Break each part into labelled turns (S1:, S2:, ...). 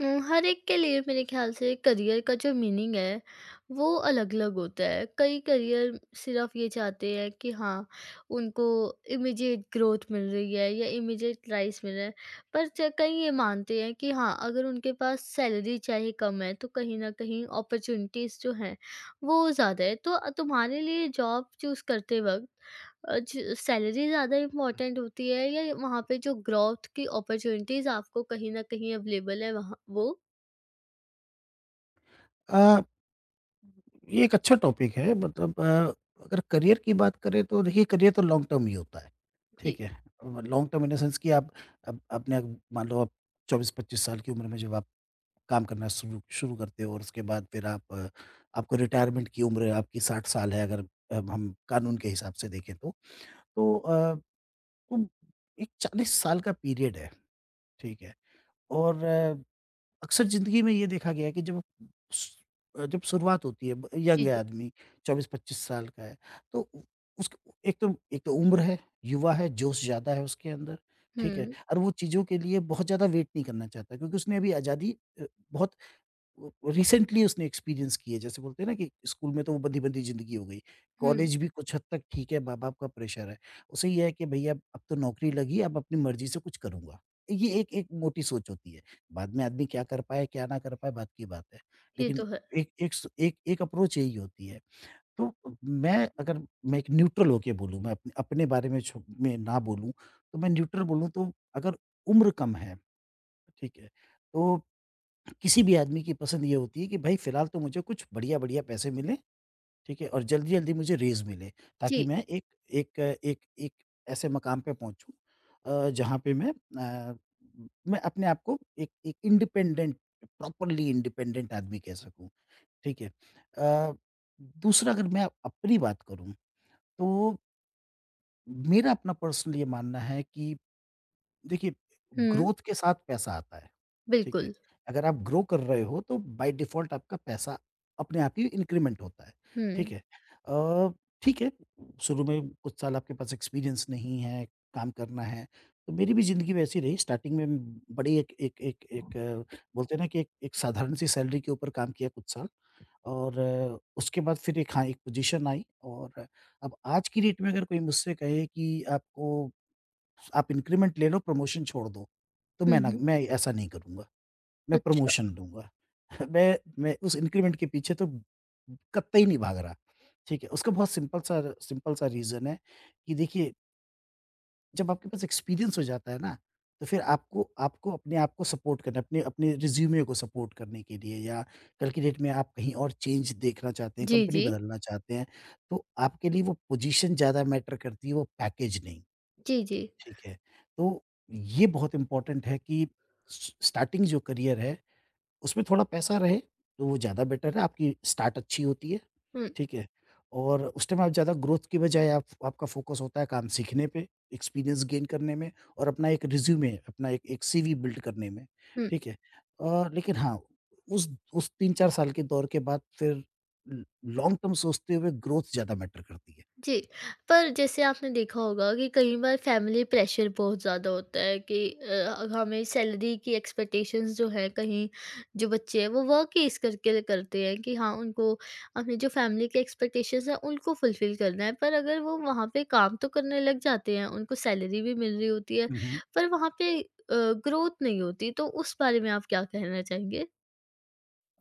S1: हर एक के लिए मेरे ख्याल से करियर का जो मीनिंग है वो अलग-अलग होता है। कई करियर सिर्फ़ ये चाहते हैं कि हाँ, उनको इमीडिएट ग्रोथ मिल रही है या इमीडिएट राइज़ मिल रहा है। पर च कई ये मानते हैं कि हाँ, अगर उनके पास सैलरी चाहे कम है तो कहीं न कहीं अपॉर्च्युनिटीज़ जो हैं वो ज़्यादा है। तो तुम्हारे लिए जॉब चूज़ करते वक़्त अ, ज सैलरी ज़्यादा इम्पोर्टेंट होती है या वहाँ पे जो ग्रोथ की अपॉर्च्युनिटीज़ आपको कहीं न कहीं अवेलेबल है वहाँ वो?
S2: अ, ये एक अच्छा टॉपिक है। अगर करियर की बात करें तो देखिए, करियर तो लॉन्ग टर्म ही होता है, ठीक
S1: जी,
S2: है? Long term in the sense कि आप, अब मान लो आप 24-25 साल की उम्र में जब आप काम करना शुरू शुरू करते हो और उसके बाद फिर आपको रिटायरमेंट की उम्र आपकी 60 साल है, अगर अब हम कानून के हिसाब से देखें तो। तो अ, तो एक 40 साल का पीरियड है, ठीक है? और अक्सर ज़िंदगी में ये देखा गया है कि स जब शुरुआत होती है, ब यंग
S1: जी,
S2: है
S1: जी।
S2: आदमी, 24-25 साल का है, तो उ उसक एक तो एक तो उम्र है, युवा है, जोश ज़्यादा है उसके अंदर, ठीक है?
S1: हुँ,
S2: और वो चीज़ों के लिए बहुत ज़्यादा वेट नहीं करना चाहता, क्योंकि उसने अभी आज़ादी अ, बहुत वो रिसेंटली उसने एक्सपीरियंस किए। जैसे बोलते हैं ना कि स्कूल में तो वो बंदी-बंदी ज़िंदगी हो गई,
S1: हुँ।
S2: कॉलेज भी कुछ हद तक ठीक है, माँ-बाप का प्रेशर है। उसे ये है कि भैया अब तो नौकरी लगी, अब अपनी मर्ज़ी से कुछ करूँगा। ये एक एक मोटी सोच होती है। बाद में आदमी क्या कर पाए, क्या ना कर पाए, बात की बात है।
S1: ये
S2: लेकिन
S1: तो है।
S2: एक एक स एक एक अप्रोच यही होती है। तो मैं अगर मैं एक न्यूट्रल होके बोलूँ, मैं अपने अपने बारे में छो में ना बोलूँ, तो मैं न्यूट्रल बोलूँ तो, अगर उम्र कम है, ठीक है, तो किसी भी आदमी की पसंद ये होती है कि भाई फिलहाल तो मुझे कुछ बढ़िया-बढ़िया पैसे मिलें, ठीक है? और जल्दी-जल्दी मुझे रेज़ मिले, ताकि
S1: जी,
S2: मैं एक एक एक एक ऐसे मकाम पे पहुँचूँ जहाँ पे मैं अपने आप को एक एक इंडिपेंडेंट, प्रॉपरली इंडिपेंडेंट आदमी कह सकूँ, ठीक है? अ, दूसरा, अगर मैं अपनी बात करूँ, तो मेरा अपना पर्सनल ये मानना है कि देखिए,
S1: हुँ।
S2: ग्रोथ के साथ पैसा आता है। ठीक है।
S1: बिल्कुल।
S2: अगर आप ग्रो कर रहे हो तो बाय डिफ़ॉल्ट आपका पैसा अपने आप ही इंक्रीमेंट होता है। ठीक
S1: हुँ,
S2: है। अ, ठीक है, शुरू में कुछ साल आपके पास एक्सपीरियंस नहीं है, काम करना है, तो मेरी भी ज़िंदगी वैसी रही। स्टार्टिंग में बड़ी एक एक एक एक अ, बोलते हैं ना कि एक एक साधारण सी सैलरी के ऊपर काम किया कुछ साल और उसके बाद फिर एक, हाँ, एक पोज़ीशन आई। और अब आज की डेट में अगर कोई मुझसे कहे कि आपको आप इंक्रीमेंट ले लो, प्रमोशन छोड़ दो, तो
S1: हुँ, हुँ।
S2: मैं ऐसा नहीं करूँगा। मैं
S1: अच्छा।
S2: प्रमोशन लूँगा। मैं उस इंक्रीमेंट के पीछे तो कतई नहीं भाग रहा। ठीक है? उसका बहुत सिंपल सा रीज़न है कि देखिए, जब आपके पास एक्सपीरियंस हो जाता है ना, तो फिर आपको आपको अपने आप को सपोर्ट करना है, अपने अपने रिज़्यूमे को सपोर्ट करने के लिए, या कल की डेट में आप कहीं और चेंज देखना चाहते हैं,
S1: जी,
S2: कंपनी
S1: जी।
S2: बदलना चाहते हैं, तो आपके लिए वो पोज़ीशन ज़्यादा मैटर करती है, वो पैकेज नहीं।
S1: जी, जी।
S2: ठीक है? तो ये बहुत इम्पोर्टेंट है कि स स्टार्टिंग जो करियर है, उसमें थोड़ा पैसा रहे, तो वो ज़्यादा बेटर है, आपकी स्टार्ट अच्छी होती है,
S1: हुँ।
S2: ठीक है? और उस टाइम आप ज़्यादा ग्रोथ की बजाय आप आपका फ़ोकस होता है काम सीखने पे, एक्सपीरियंस गेन करने में, और अपना एक रिज़्यूमे, अपना एक एक सीवी बिल्ड करने में,
S1: हुँ।
S2: ठीक है? लेकिन हाँ, उस उस 3-4 साल के दौर के बाद फिर ल लॉन्ग टर्म सोचते हुए ग्रोथ ज़्यादा मैटर करती है।
S1: जी, पर जैसे आपने देखा होगा कि कई बार फैमिली प्रेशर बहुत ज़्यादा होता है कि हमें सैलरी की एक्सपेक्टेशंस जो है कहीं जो बच्चे हैं वो वर्क ही इस करके करते हैं कि हाँ उनको अपनी जो फैमिली की एक्सपेक्टेशंस हैं उनको फुलफिल करना है पर अगर वो वहाँ पे काम तो करने लग जाते हैं उनको सैलरी भी मिल रही होती है
S2: हुँ, हुँ।
S1: पर वहाँ पे ग्रोथ नहीं होती तो उस बारे में आप क्या कहना चाहेंगे?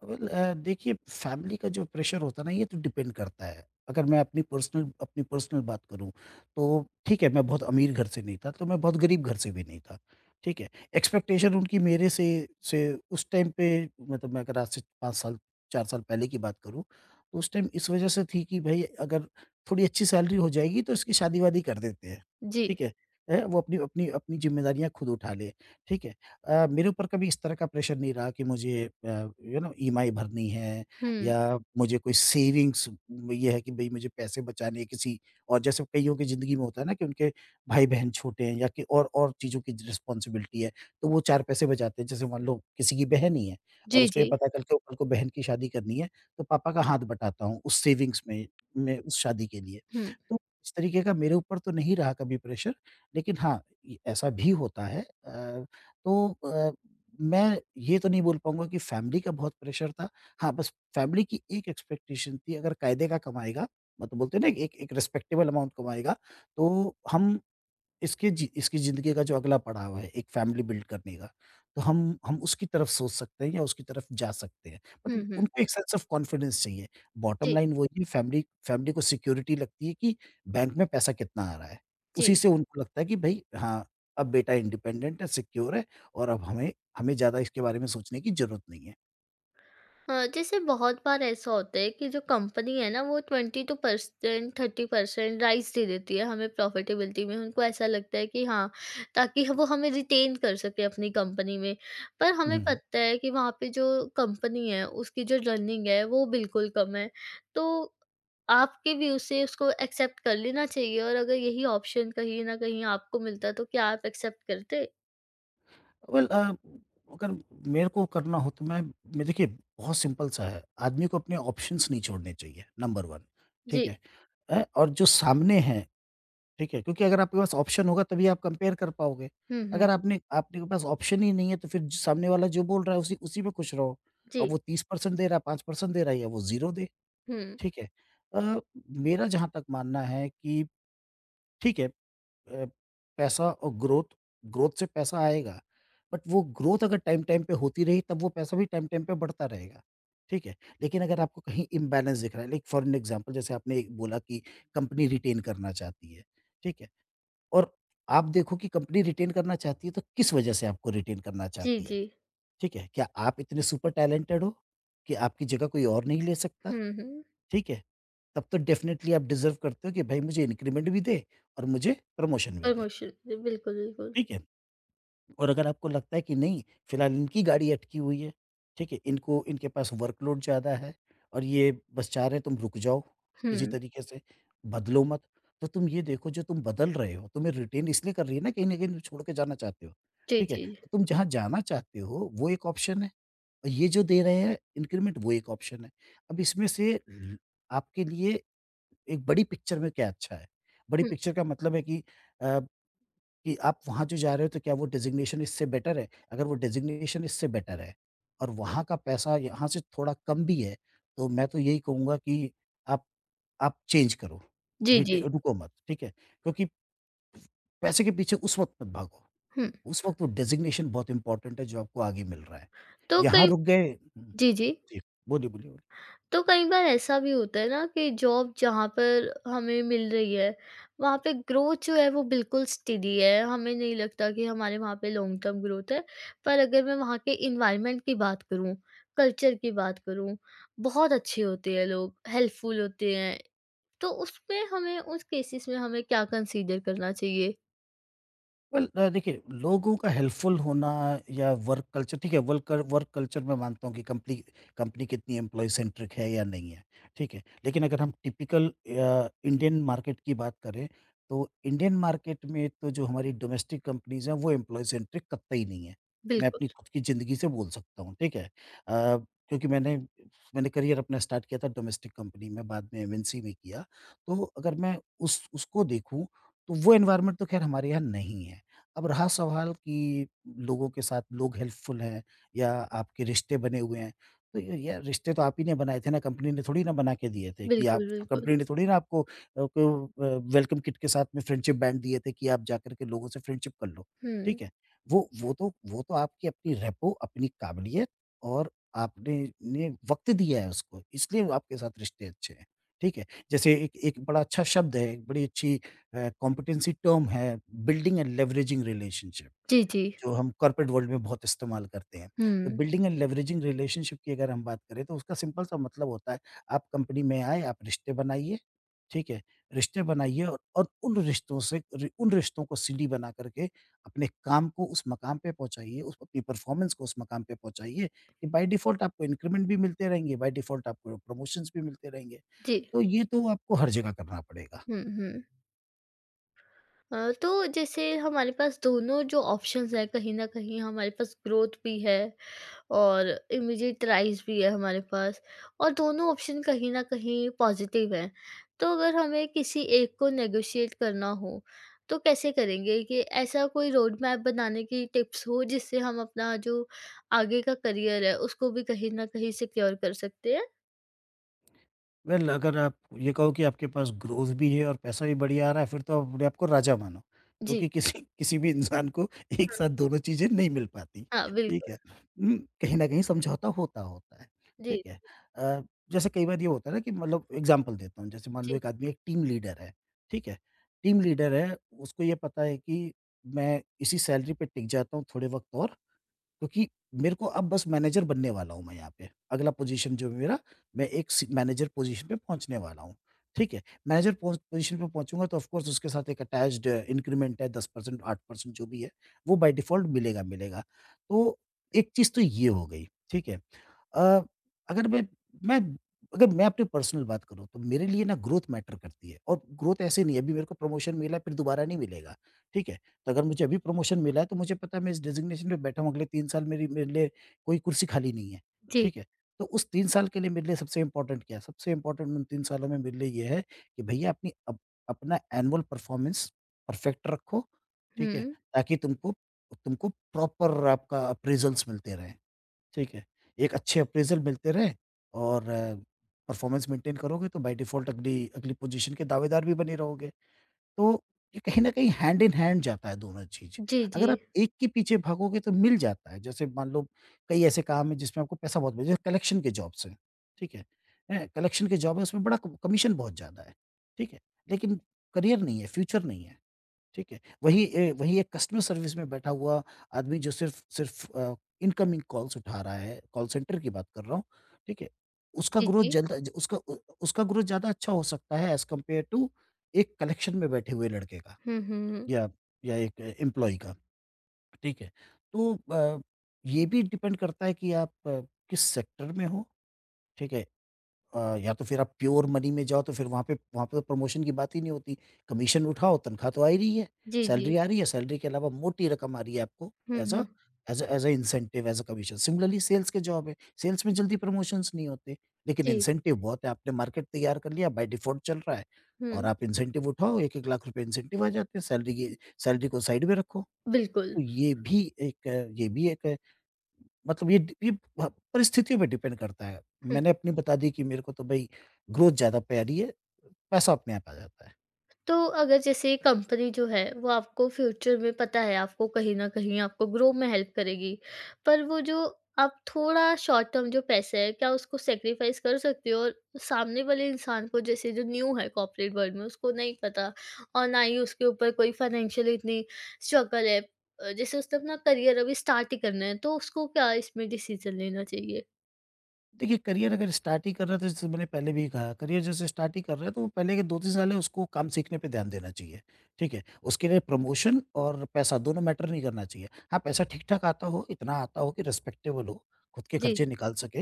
S2: वेल, देखिए, फैमिली का जो प्रेशर होता है ना, ये तो डिपेंड करता है। अगर मैं अपनी पर्सनल बात करूँ, तो ठीक है, मैं बहुत अमीर घर से नहीं था, तो मैं बहुत गरीब घर से भी नहीं था। ठीक है? एक्सपेक्टेशन उनकी मेरे से उस टाइम पे, मतलब मैं अगर आज से 5 साल 4 साल पहले की बात करूँ, तो उस टाइम इस वजह से थी कि भई अगर थोड़ी अच्छी सैलरी हो जाएगी तो इसकी शादी-वादी कर देते हैं।
S1: जी,
S2: ठीक है? वो अपनी अपनी अपनी ज़िम्मेदारियाँ खुद उठा ले। ठीक है? मेरे ऊपर कभी इस तरह का प्रेशर नहीं रहा कि यू नो ईएमआई भरनी है,
S1: हुँ,
S2: या मुझे कोई सेविंग्स, ये है कि भाई मुझे पैसे बचाने हैं किसी, और जैसे कईयों की ज़िंदगी में होता है ना कि उनके भाई-बहन छोटे हैं, या कि और चीज़ों की रिस्पॉन्सिबिलिटी है, तो वो 4 पैसे बचाते हैं। जैसे मान लो किसी की बहन ही है, और
S1: जी,
S2: उसको ये
S1: जी,
S2: पता चल के कल को बहन की शादी करनी है, तो पापा का हाथ बटाता हूँ उस सेविंग्स में उस शादी के लिए।
S1: हुँ,
S2: तो इस तरीके का मेरे ऊपर तो नहीं रहा कभी प्रेशर, लेकिन हाँ, ये ऐसा भी होता है। तो अ, मैं ये तो नहीं बोल पाऊँगा कि फैमिली का बहुत प्रेशर था। हाँ, बस फैमिली की एक एक्सपेक्टेशन थी, अगर कायदे का कमाएगा, मतलब बोलते हैं ना, एक एक रिस्पेक्टेबल अमाउंट कमाएगा, तो हम इसके, इसकी ज़िंदगी का जो अगला पड़ाव है, एक फैमिली बिल्ड करने का, तो हम उसकी तरफ सोच सकते हैं या उसकी तरफ जा सकते हैं।
S1: हुँ,
S2: मतलब
S1: हुँ,
S2: उनको एक सेंस ऑफ कॉन्फिडेंस चाहिए। बॉटम
S1: जी,
S2: लाइन वही है, फैमिली फैमिली को सिक्योरिटी लगती है कि बैंक में पैसा कितना आ रहा है।
S1: जी।
S2: उसी से उनको लगता है कि भई हाँ, अब बेटा इंडिपेंडेंट है, सिक्योर है, और अब हमें हमें ज़्यादा इसके बारे में सोचने की ज़रूरत नहीं है।
S1: हाँ, जैसे बहुत बार ऐसा होता है कि जो कंपनी है ना वो 22% 30% राइस दे देती है हमें प्रॉफिटेबिलिटी में उनको ऐसा लगता है कि हाँ ताकि वो हमें रिटेन कर सके अपनी कंपनी में पर हमें
S2: हुँ।
S1: पता है कि वहाँ पे जो कंपनी है उसकी जो रनिंग है वो बिल्कुल कम है तो आपके व्यू से उसको एक्सेप्ट कर लेना चाहिए और अगर यही ऑप्शन कहीं ना कहीं आपको मिलता तो क्या आप एक्सेप्ट करते?
S2: वेल, अगर मेरे को करना हो तो मैं देखिए, बहुत सिंपल सा है। आदमी को अपने ऑप्शंस नहीं छोड़ने चाहिए, नंबर 1।
S1: जी,
S2: ठीक है? और जो सामने हैं, ठीक है? क्योंकि अगर आपके पास ऑप्शन होगा तभी आप कंपेयर कर पाओगे।
S1: हम्म
S2: अगर
S1: हम्म
S2: आपने आपने के पास ऑप्शन ही नहीं है तो फिर ज सामने वाला जो बोल रहा है उसी उसी में खुश रहो। और
S1: जी,
S2: वो 30% दे रहा है, 5% दे रहा है, या वो 0 दे,
S1: हम्म,
S2: ठीक है? अ, मेरा जहाँ तक मानना है कि ठीक है, अ, पैसा और ग्रोथ ग्रोथ से पैसा आएगा, बट वो ग्रोथ अगर टाइम-टाइम पे होती रही, तब वो पैसा भी टाइम-टाइम पे बढ़ता रहेगा, ठीक है? लेकिन अगर आपको कहीं इम्बैलेंस दिख रहा है, लाइक फॉर एन एग्ज़ाम्पल, जैसे आपने एक बोला कि कंपनी रिटेन करना चाहती है, ठीक है? और आप देखो कि कंपनी रिटेन करना चाहती है, तो किस वजह से आपको रिटेन करना
S1: जी
S2: चाहती है,
S1: जी
S2: ठीक है? क्या आप इतने सुपर टैलेंटेड हो कि आपकी जगह कोई और नहीं ले सकता,
S1: हम्म।
S2: ठीक है? तब तो डेफ़िनेटली आप डिज़र्व करते हो कि भाई मुझे इंक्रीमेंट भी दे और मुझे प्रमोशन भी दे,
S1: प्रमोशन, जी, बिल्कुल, बिल्कुल।
S2: ठीक है? और अगर आपको लगता है कि नहीं, फिलहाल इनकी गाड़ी अटकी हुई है, ठीक है? इनको इनके पास वर्कलोड ज़्यादा है और ये बस चाह रहे हैं तुम रुक जाओ किसी
S1: हुँ,
S2: तरीके से, बदलो मत। तो तुम ये देखो, जो तुम बदल रहे हो, तुम्हें रिटेन इसलिए कर रही है ना, कहीं न कहीं तुम छोड़ के जाना चाहते हो,
S1: जी,
S2: ठीक है?
S1: जी।
S2: तो तुम जहाँ जाना चाहते हो वो एक ऑप्शन है, और ये जो दे रहे हैं इंक्रीमेंट वो एक ऑप्शन है। अब इसमें से, ल आपके लिए एक बड़ी पिक्चर में क्या अच्छा है? बड़ी
S1: हुँ,
S2: पिक्चर का मतलब है कि अ कि आप वहाँ जो जा रहे हो, तो क्या वो डेज़िग्नेशन इससे बेटर है? अगर वो डेज़िग्नेशन इससे बेटर है और वहाँ का पैसा यहाँ से थोड़ा कम भी है, तो मैं तो यही कहूँगा कि आप आप चेंज करो।
S1: जी,
S2: रिट
S1: जी।
S2: रुको मत, ठीक है? क्योंकि पैसे के पीछे उस वक़्त मत भागो।
S1: हुँ,
S2: उस वक़्त वो डेज़िग्नेशन बहुत इम्पोर्टेंट है जो आपको आगे मिल रहा है।
S1: तो
S2: यहाँ
S1: कई
S2: रुक गए हुँ,
S1: जी, जी।
S2: जी, बोलिए, बोलिए।
S1: तो कई बार ऐसा भी होता है ना कि जॉब जहाँ पर हमें मिल रही है, वहाँ पे ग्रोथ जो है वो बिल्कुल स्टेडी है, हमें नहीं लगता कि हमारे वहाँ पे लॉन्ग टर्म ग्रोथ है। पर अगर मैं वहाँ के एनवायरनमेंट की बात करूँ, कल्चर की बात करूँ, बहुत अच्छे होते हैं लोग, हेल्पफुल होते हैं, तो उसमें हमें उस केसेस में हमें क्या कंसीडर करना चाहिए?
S2: वेल, देखिए, लोगों का हेल्पफुल होना या वर्क कल्चर ठीक है, वर्क वर्क कल्चर, मैं मानता हूँ कि कंपनी कंपनी कितनी एम्प्लॉयी सेंट्रिक है या नहीं है, ठीक है। लेकिन अगर हम टिपिकल इंडियन मार्केट की बात करें, तो इंडियन मार्केट में तो जो हमारी डोमेस्टिक कंपनीज़ हैं, वो एम्प्लॉयी सेंट्रिक कतई नहीं है। मैं
S1: बिल्कुल,
S2: अपनी खुद की ज़िंदगी से बोल सकता हूँ, ठीक है। अ, क्योंकि मैंने मैंने करियर अपना स्टार्ट किया था डोमेस्टिक कंपनी में, बाद में एमएनसी में किया। तो अगर मैं उस उसको देखूँ, तो वो एनवायरनमेंट तो ख़ैर हमारे यहाँ नहीं है। अब रहा सवाल कि लोगों के साथ लोग हेल्पफुल हैं या आपके रिश्ते बने हुए हैं, तो य यार, रिश्ते तो आप ही ने बनाए थे ना, कंपनी ने थोड़ी ना बना के दिए थे कि आप
S1: बिल्कुल, बिल्कुल।
S2: कंपनी ने थोड़ी ना आपको अ, को अ, वेलकम किट के साथ में फ्रेंडशिप बैंड दिए थे कि आप जाकर के लोगों से फ्रेंडशिप कर लो,
S1: हुँ।
S2: ठीक है? वो तो आपकी अपनी रेपो, अपनी काबिलियत और आपने ने वक़्त दिया है उसको, इसलिए वो आपके साथ रिश्ते अच्छे हैं, ठीक है? जैसे एक एक बड़ा अच्छा शब्द है, एक बड़ी अच्छी कॉम्पिटेंसी टर्म है, बिल्डिंग एंड लेवरेजिंग रिलेशनशिप,
S1: जी, जी।
S2: जो हम कॉर्पोरेट वर्ल्ड में बहुत इस्तेमाल करते हैं। तो
S1: हुँ।
S2: बिल्डिंग एंड लेवरेजिंग रिलेशनशिप की अगर हम बात करें, तो उसका सिंपल सा मतलब होता है, आप कंपनी में आए, आप रिश्ते बनाइए, ठीक है? रिश्ते बनाइए और उन रिश्तों से रि उन रिश्तों को सीढ़ी बना कर के अपने काम को उस मकाम पे पहुँचाइए, उस अपनी परफ़ॉर्मेंस को उस मकाम पे पहुँचाइए कि बाय डिफ़ॉल्ट आपको इंक्रीमेंट भी मिलते रहेंगे, बाय डिफ़ॉल्ट आपको प्रमोशंस भी मिलते रहेंगे।
S1: जी।
S2: तो ये तो आपको हर जगह करना पड़ेगा।
S1: हुँ, हुँ। तो जैसे हमारे पास दोनों जो ऑप्शंस हैं कहीं न कहीं हमारे पास ग्रोथ भी है और इमीडिएट राइज़ भी है हमारे पास और दोनों ऑप्शन कहीं न कहीं पॉज़िटिव हैं। तो अगर हमें किसी एक को नेगोशिएट करना हो, तो कैसे करेंगे कि ऐसा कोई रोड मैप बनाने की टिप्स हो जिससे हम अपना जो आगे का करियर है उसको भी कहीं न कहीं सिक्योर कर सकते हैं?
S2: वेल अगर आप ये कहो कि आपके पास ग्रोथ भी है और पैसा भी बढ़िया आ रहा है फिर तो आप अपने आप को राजा मानो
S1: जी।
S2: क्योंकि किसी किसी भी इंसान को एक
S1: हाँ,
S2: साथ दोनों चीज़ें नहीं मिल पाती,
S1: हाँ
S2: ठीक
S1: बिल्कुल।
S2: है? कहीं न कहीं समझौता होता होता है,
S1: जी,
S2: ठीक है? अ, जैसे कई बार ये होता है ना कि मतलब एग्ज़ाम्पल देता हूँ, जैसे मान लो
S1: जी,
S2: एक आदमी एक टीम लीडर है, ठीक है? टीम लीडर है, उसको ये पता है कि मैं इसी सैलरी पे टिक जाता हूँ थोड़े वक़्त और क्योंकि मेरे को अब बस मैनेजर बनने वाला हूँ मैं यहाँ पे। अगला पोज़ीशन जो है मेरा, मैं एक सी मैनेजर पोज़ीशन पे पहुँचने वाला हूँ। ठीक है? मैनेजर पोज़ीशन पे पहुँचूँगा तो ऑफ़ कोर्स उसके साथ एक अटैच्ड इंक्रीमेंट है 10% 8% जो भी है, वो बाय डिफ़ॉल्ट मिलेगा, मिलेगा। तो एक चीज़ तो ये हो गई। ठीक है? अ, अगर मैं मैं अगर मैं अपनी पर्सनल बात करूँ तो मेरे लिए ना ग्रोथ मैटर करती है और ग्रोथ ऐसे नहीं है अभी मेरे को प्रमोशन मिला है फिर दोबारा नहीं मिलेगा, ठीक है? तो अगर मुझे अभी प्रमोशन मिला है तो मुझे पता है मैं इस डेज़िग्नेशन पे बैठा हूँ अगले 3 साल मेरी मेरे लिए कोई कुर्सी खाली नहीं है,
S1: जी।
S2: ठीक है? तो उस 3 साल के लिए मेरे लिए सबसे इम्पोर्टेंट क्या है? सबसे इम्पोर्टेंट उन 3 सालों में मेरे लिए ये है कि भैया अपनी अप अपना एनुअल परफॉर्मेंस परफेक्ट रखो, ठीक है?
S1: हुँ।
S2: ताकि तुमको तुमको प्रॉपर आपका अप्रेज़ल्स मिलते रहें। ठीक है? एक अच्छे अप्रेज़ल मिलते रहे और परफ़ॉर्मेंस मेंटेन करोगे तो बाय डिफ़ॉल्ट अगली अगली पोज़ीशन के दावेदार भी बने रहोगे। तो ये कहीं न कहीं हैंड इन हैंड जाता है दोनों चीज़।
S1: जी, जी।
S2: अगर आप एक के पीछे भागोगे तो मिल जाता है। जैसे मान लो कई ऐसे काम हैं जिसमें आपको पैसा बहुत मिल जैसे कलेक्शन के जॉब्स हैं, ठीक है? हैं, कलेक्शन के जॉब है उसमें बड़ा क कमीशन बहुत ज़्यादा है, ठीक है? लेकिन करियर नहीं है, फ्यूचर नहीं है। ठीक है? वहीं एक कस्टमर सर्विस में बैठा हुआ आदमी जो सिर्फ़ सिर्फ़ इनकमिंग कॉल्स उठा रहा है, कॉल सेंटर की बात कर रहा हूँ, ठीक है? उसका
S1: जी,
S2: ग्रोथ
S1: जी।
S2: जल्द ज उसका उ उसका ग्रोथ ज़्यादा अच्छा हो सकता है एज़ कम्पेयर टू एक कलेक्शन में बैठे हुए लड़के का
S1: हुँ, हुँ।
S2: या या एक एम्प्लॉयी का, ठीक है? तो ये भी डिपेंड करता है कि आप किस सेक्टर में हो, ठीक है? या तो फिर आप प्योर मनी में जाओ तो फिर वहाँ पे तो प्रमोशन की बात ही नहीं होती। कमीशन उठाओ, तनख्वाह तो आ ही रही है,
S1: जी, जी।
S2: सैलरी आ रही है, सैलरी के अलावा मोटी रकम आ रही है आपको
S1: hmm,
S2: as a
S1: hmm.
S2: As a incentive, as a commission. Similarly sales के जॉब है, सेल्स में जल्दी प्रमोशंस नहीं होते, लेकिन
S1: जी।
S2: इंसेंटिव बहुत है। आपने मार्केट तैयार कर लिया, बाय डिफ़ॉल्ट चल रहा है और
S1: हुँ।
S2: आप इंसेंटिव उठाओ, 1-1 लाख रुपए इंसेंटिव आ जाते हैं, सैलरी को साइड में रखो।
S1: बिल्कुल।
S2: तो ये भी एक मतलब ये प परिस्थितियों पे डिपेंड करता है।
S1: हुँ।
S2: मैंने अपनी बता दी कि मेरे को तो भई ग्रोथ ज़्यादा प्यारी है, पैसा अपने आप आ जाता है।
S1: तो अगर जैसे कंपनी जो है वो आपको फ्यूचर में पता है आपको कहीं न कहीं आपको ग्रो में हेल्प करेगी। पर वो जो आप थोड़ा शॉर्ट टर्म जो पैसा है क्या उसको सैक्रिफाइस कर सकते हो? और सामने वाले इंसान को जैसे जो न्यू है कॉर्पोरेट वर्ल्ड में उसको नहीं पता और ना ही उसके ऊपर कोई फाइनेंशियल इतनी स्ट्रगल है। जैसे उसने अपना करियर अभी स्टार्ट ही करना है तो उसको क्या इसमें डिसीज़न लेना चाहिए?
S2: देखिए करियर अगर स्टार्ट ही कर रहे हैं तो जैसे मैंने पहले भी कहा, करियर जैसे स्टार्ट ही कर रहे हैं तो वो पहले के 2-3 साल है उसको काम सीखने पे ध्यान देना चाहिए, ठीक है? उसके लिए प्रमोशन और पैसा दोनों मैटर नहीं करना चाहिए। हाँ, पैसा ठीक-ठाक आता हो, इतना आता हो कि रिस्पेक्टेबल हो, खुद के
S1: जी,
S2: खर्चे निकाल सके,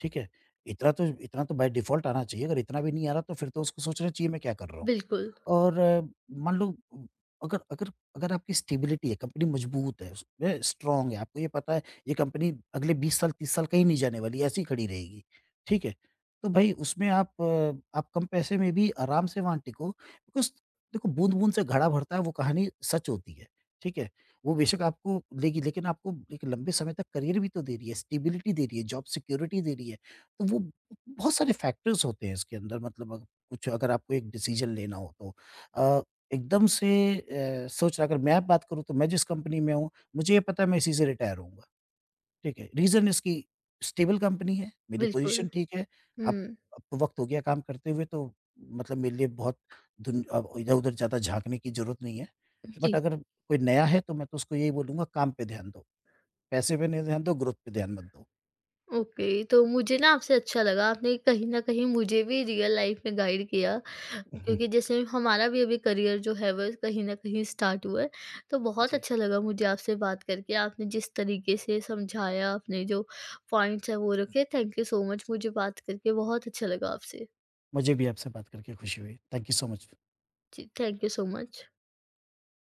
S2: ठीक है? इतना तो बाय डिफ़ॉल्ट आना चाहिए, अगर इतना भी नहीं आ रहा तो फिर तो उसको सोचना चाहिए मैं क्या कर रहा हूँ?
S1: बिल्कुल,
S2: और अ, मान लो उ अगर अगर अगर आपकी स्टेबिलिटी है, कंपनी मजबूत है, उसमें स्ट्रॉन्ग है, आपको ये पता है ये कंपनी अगले 20 साल, 30 साल कहीं नहीं जाने वाली, ऐसी खड़ी रहेगी, ठीक है? तो भई उसमें आप आप कम पैसे में भी आराम से वहाँ टिको बिकॉज़ देखो बूँद-बूँद से घड़ा भरता है वो कहानी सच होती है, ठीक है? वो बेशक आपको लेगी लेकिन आपको एक लंबे समय तक करियर भी तो दे रही है, स्टेबिलिटी दे रही है, जॉब सिक्योरिटी दे रही है, तो वो बहुत सारे फैक्टर्स होते हैं इसके अंदर मतलब कुछ अगर आपको एक डिसीज़न लेना हो तो। अ, एकदम से सोच रहा, अगर मैं बात करूँ तो मैं जिस कंपनी में हूँ, मुझे ये पता है मैं इसी से रिटायर होऊँगा, ठीक है। रीज़न इसकी स्टेबल कंपनी है, मेरी
S1: बिल्कुल।
S2: पोज़ीशन ठीक है, अब
S1: हुँ,
S2: अब तो वक़्त हो गया काम करते हुए तो मतलब मेरे लिए बहुत दुन अब इधर-उधर ज़्यादा झाँकने की ज़रूरत नहीं है। बट
S1: जी,
S2: अगर कोई नया है तो मैं तो उसको यही बोलूँगा काम पे ध्यान दो, पैसे पे नहीं ध्यान दो, ग्रोथ पे ध्यान मत दो।
S1: ओके। तो मुझे ना आपसे अच्छा लगा, आपने कहीं न कहीं मुझे भी रियल लाइफ़ में गाइड किया क्योंकि जैसे हमारा भी अभी करियर जो है वो कहीं न कहीं स्टार्ट हुआ है। तो बहुत
S2: जी,
S1: अच्छा लगा मुझे आपसे बात करके, आपने जिस तरीके से समझाया, आपने जो पॉइंट्स हैं वो रखे, थैंक यू सो मच। मुझे बात करके बहुत अच्छा लगा आपसे।
S2: मुझे भी आपसे बात करके खुशी हुई। Thank you so much.
S1: जी, थैंक यू सो मच।